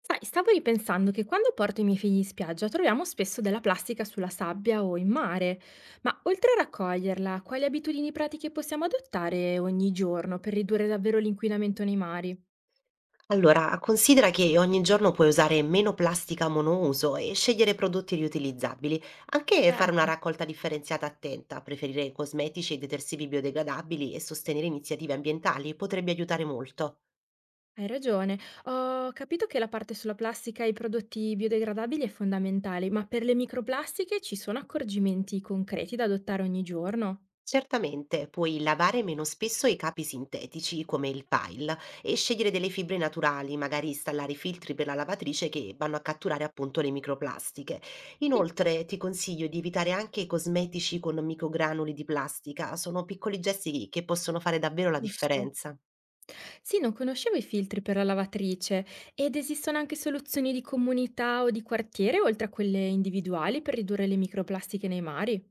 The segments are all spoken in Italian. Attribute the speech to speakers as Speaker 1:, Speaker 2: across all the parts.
Speaker 1: Sai, stavo ripensando che quando porto i miei figli in spiaggia troviamo spesso della plastica sulla sabbia o in mare, ma oltre a raccoglierla, quali abitudini pratiche possiamo adottare ogni giorno per ridurre davvero l'inquinamento nei mari?
Speaker 2: Allora, considera che ogni giorno puoi usare meno plastica monouso e scegliere prodotti riutilizzabili, anche fare
Speaker 1: Certo,
Speaker 2: una raccolta differenziata attenta, preferire cosmetici e detersivi biodegradabili e sostenere iniziative ambientali potrebbe aiutare molto.
Speaker 1: hai ragione. Ho capito che la parte sulla plastica e i prodotti biodegradabili è fondamentale, ma per le microplastiche ci sono accorgimenti concreti da adottare ogni giorno?
Speaker 2: Certamente, puoi lavare meno spesso i capi sintetici come il pile e scegliere delle fibre naturali, magari installare i filtri per la lavatrice che vanno a catturare appunto le microplastiche.
Speaker 1: Sì,
Speaker 2: Inoltre ti consiglio di evitare anche i cosmetici con microgranuli di plastica, sono piccoli gesti che possono fare davvero la
Speaker 1: giusto.
Speaker 2: differenza.
Speaker 1: Sì, non conoscevo i filtri per la lavatrice ed esistono anche soluzioni di comunità o di quartiere, oltre a quelle individuali, per ridurre le microplastiche nei mari?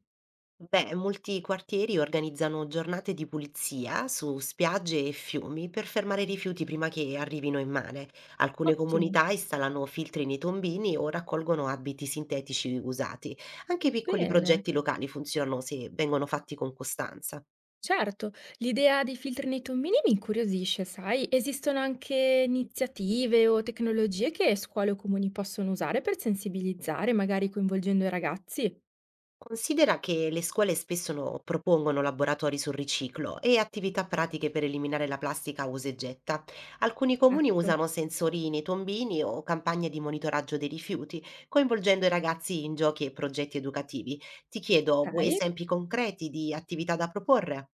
Speaker 2: Beh, molti quartieri organizzano giornate di pulizia su spiagge e fiumi per fermare i rifiuti prima che arrivino in mare. Alcune
Speaker 1: Ottimo,
Speaker 2: comunità installano filtri nei tombini o raccolgono abiti sintetici usati. Anche piccoli
Speaker 1: bene.
Speaker 2: progetti locali funzionano se vengono fatti con costanza.
Speaker 1: Certo, l'idea dei filtri nei tombini mi incuriosisce, sai? Esistono anche iniziative o tecnologie che scuole o comuni possono usare per sensibilizzare, magari coinvolgendo i ragazzi?
Speaker 2: Considera che le scuole spesso propongono laboratori sul riciclo e attività pratiche per eliminare la plastica a usa e getta. Alcuni comuni
Speaker 1: Esatto,
Speaker 2: usano sensori nei tombini o campagne di monitoraggio dei rifiuti, coinvolgendo i ragazzi in giochi e progetti educativi. Ti chiedo, vuoi
Speaker 1: ok.
Speaker 2: esempi concreti di attività da proporre?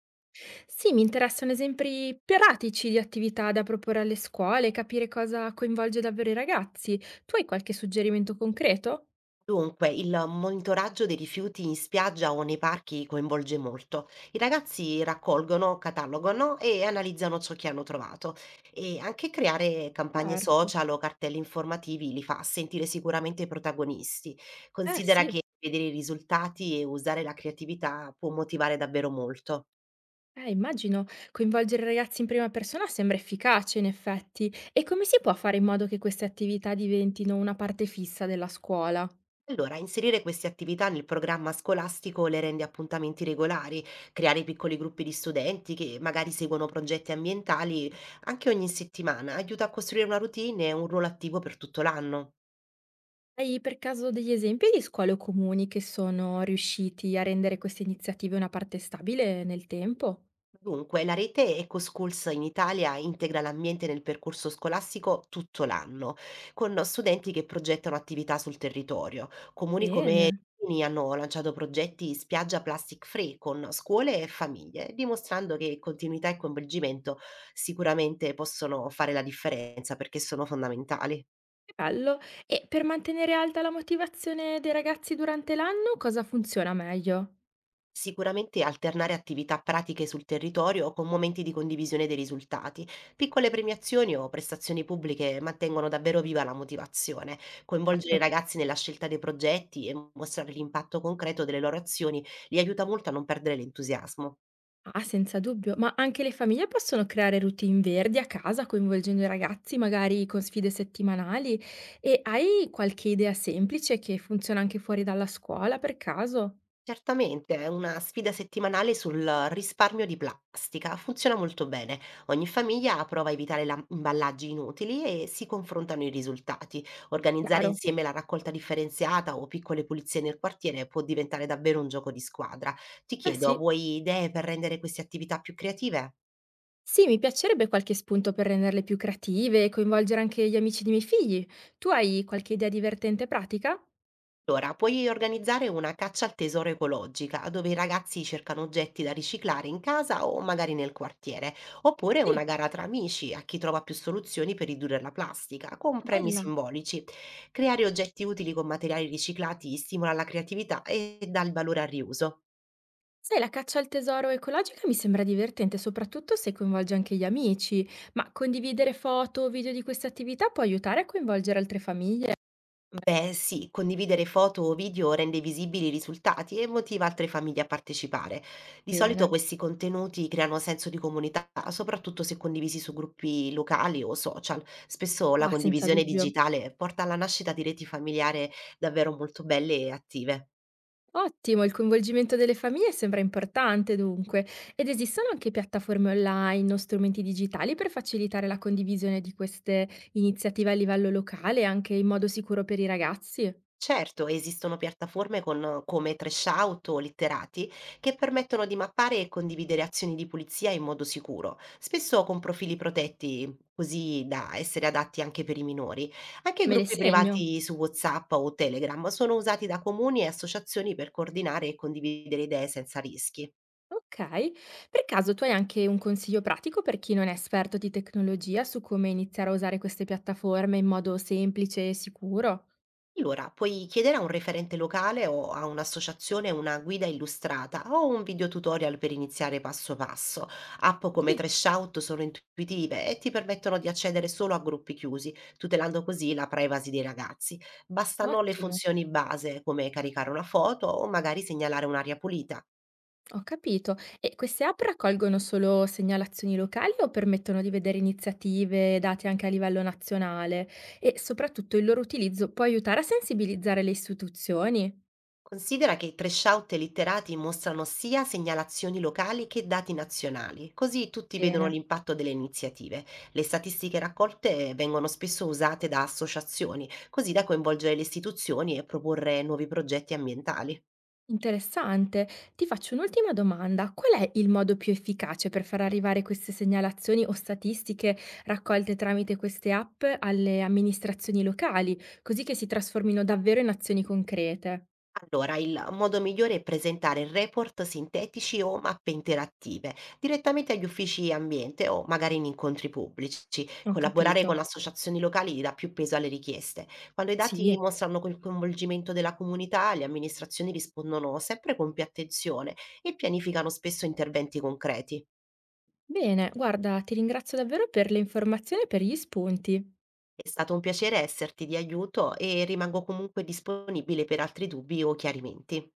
Speaker 1: Sì, mi interessano esempi pratici di attività da proporre alle scuole, capire cosa coinvolge davvero i ragazzi. Tu hai qualche suggerimento concreto?
Speaker 2: Dunque, il monitoraggio dei rifiuti in spiaggia o nei parchi coinvolge molto. I ragazzi raccolgono, catalogano e analizzano ciò che hanno trovato, e anche creare campagne
Speaker 1: Certo.
Speaker 2: social o cartelli informativi li fa sentire sicuramente protagonisti.
Speaker 1: Eh
Speaker 2: Considera
Speaker 1: sì,
Speaker 2: che vedere i risultati e usare la creatività può motivare davvero molto.
Speaker 1: immagino. Coinvolgere i ragazzi in prima persona sembra efficace, in effetti. E come si può fare in modo che queste attività diventino una parte fissa della scuola?
Speaker 2: Allora, inserire queste attività nel programma scolastico le rende appuntamenti regolari; creare piccoli gruppi di studenti che magari seguono progetti ambientali anche ogni settimana aiuta a costruire una routine e un ruolo attivo per tutto l'anno.
Speaker 1: Hai per caso degli esempi di scuole o comuni che sono riusciti a rendere queste iniziative una parte stabile nel tempo?
Speaker 2: Dunque, la rete EcoSchools in Italia integra l'ambiente nel percorso scolastico tutto l'anno, con studenti che progettano attività sul territorio. Comuni come
Speaker 1: Bene.
Speaker 2: Rimini hanno lanciato progetti spiaggia plastic free con scuole e famiglie, dimostrando che continuità e coinvolgimento sicuramente possono fare la differenza, perché sono fondamentali.
Speaker 1: Che bello. E per mantenere alta la motivazione dei ragazzi durante l'anno, cosa funziona meglio?
Speaker 2: Sicuramente alternare attività pratiche sul territorio con momenti di condivisione dei risultati. Piccole premiazioni o prestazioni pubbliche mantengono davvero viva la motivazione. Coinvolgere i
Speaker 1: Certo.
Speaker 2: ragazzi nella scelta dei progetti e mostrare l'impatto concreto delle loro azioni li aiuta molto a non perdere l'entusiasmo.
Speaker 1: Ah, senza dubbio. Ma anche le famiglie possono creare routine verdi a casa, coinvolgendo i ragazzi, magari con sfide settimanali. E hai qualche idea semplice che funziona anche fuori dalla scuola, per caso?
Speaker 2: Certamente, è una sfida settimanale sul risparmio di plastica. Funziona molto bene. Ogni famiglia prova a evitare imballaggi inutili e si confrontano i risultati. Organizzare
Speaker 1: Chiaro.
Speaker 2: insieme la raccolta differenziata o piccole pulizie nel quartiere può diventare davvero un gioco di squadra. Ti
Speaker 1: Eh
Speaker 2: chiedo,
Speaker 1: sì.
Speaker 2: vuoi idee per rendere queste attività più creative?
Speaker 1: Sì, mi piacerebbe qualche spunto per renderle più creative e coinvolgere anche gli amici dei miei figli. Tu hai qualche idea divertente e pratica?
Speaker 2: Allora, puoi organizzare una caccia al tesoro ecologica, dove i ragazzi cercano oggetti da riciclare in casa o magari nel quartiere, oppure una
Speaker 1: Sì,
Speaker 2: gara tra amici a chi trova più soluzioni per ridurre la plastica, con premi
Speaker 1: bella.
Speaker 2: simbolici. Creare oggetti utili con materiali riciclati stimola la creatività e dà il valore al riuso.
Speaker 1: Sai, la caccia al tesoro ecologica mi sembra divertente, soprattutto se coinvolge anche gli amici, ma condividere foto o video di queste attività può aiutare a coinvolgere altre famiglie?
Speaker 2: Beh, sì, condividere foto o video rende visibili i risultati e motiva altre famiglie a partecipare. Di solito
Speaker 1: Bene.
Speaker 2: questi contenuti creano senso di comunità, soprattutto se condivisi su gruppi locali o social. Spesso la
Speaker 1: Ah, senza
Speaker 2: condivisione
Speaker 1: dubbio.
Speaker 2: digitale porta alla nascita di reti familiari davvero molto belle e attive.
Speaker 1: Ottimo, il coinvolgimento delle famiglie sembra importante dunque. Ed esistono anche piattaforme online o strumenti digitali per facilitare la condivisione di queste iniziative a livello locale, anche in modo sicuro per i ragazzi?
Speaker 2: Certo, esistono piattaforme con come Trashout o Letterati che permettono di mappare e condividere azioni di pulizia in modo sicuro, spesso con profili protetti, così da essere adatti anche per i minori. Anche
Speaker 1: Me le
Speaker 2: gruppi
Speaker 1: segno.
Speaker 2: privati su WhatsApp o Telegram sono usati da comuni e associazioni per coordinare e condividere idee senza rischi.
Speaker 1: Okay. Per caso tu hai anche un consiglio pratico per chi non è esperto di tecnologia su come iniziare a usare queste piattaforme in modo semplice e sicuro?
Speaker 2: Allora, puoi chiedere a un referente locale o a un'associazione una guida illustrata o un video tutorial per iniziare passo passo. App come
Speaker 1: Sì.
Speaker 2: Trashout sono intuitive e ti permettono di accedere solo a gruppi chiusi, tutelando così la privacy dei ragazzi. Bastano le
Speaker 1: Ottimo,
Speaker 2: funzioni base come caricare una foto o magari segnalare un'area pulita.
Speaker 1: ho capito. E queste app raccolgono solo segnalazioni locali o permettono di vedere iniziative date anche a livello nazionale? E soprattutto il loro utilizzo può aiutare a sensibilizzare le istituzioni?
Speaker 2: Considera che i trashout litterati mostrano sia segnalazioni locali che dati nazionali, così tutti vedono
Speaker 1: Bene.
Speaker 2: l'impatto delle iniziative. Le statistiche raccolte vengono spesso usate da associazioni, così da coinvolgere le istituzioni e proporre nuovi progetti ambientali.
Speaker 1: Interessante. Ti faccio un'ultima domanda. Qual è il modo più efficace per far arrivare queste segnalazioni o statistiche raccolte tramite queste app alle amministrazioni locali, così che si trasformino davvero in azioni concrete?
Speaker 2: Allora, il modo migliore è presentare report sintetici o mappe interattive direttamente agli uffici ambiente o magari in incontri pubblici.
Speaker 1: Ho
Speaker 2: Collaborare
Speaker 1: capito.
Speaker 2: con associazioni locali dà più peso alle richieste. Quando i dati
Speaker 1: Sì.
Speaker 2: mostrano quel coinvolgimento della comunità, le amministrazioni rispondono sempre con più attenzione e pianificano spesso interventi concreti.
Speaker 1: Bene, guarda, ti ringrazio davvero per le informazioni e per gli spunti.
Speaker 2: È stato un piacere esserti di aiuto e rimango comunque disponibile per altri dubbi o chiarimenti.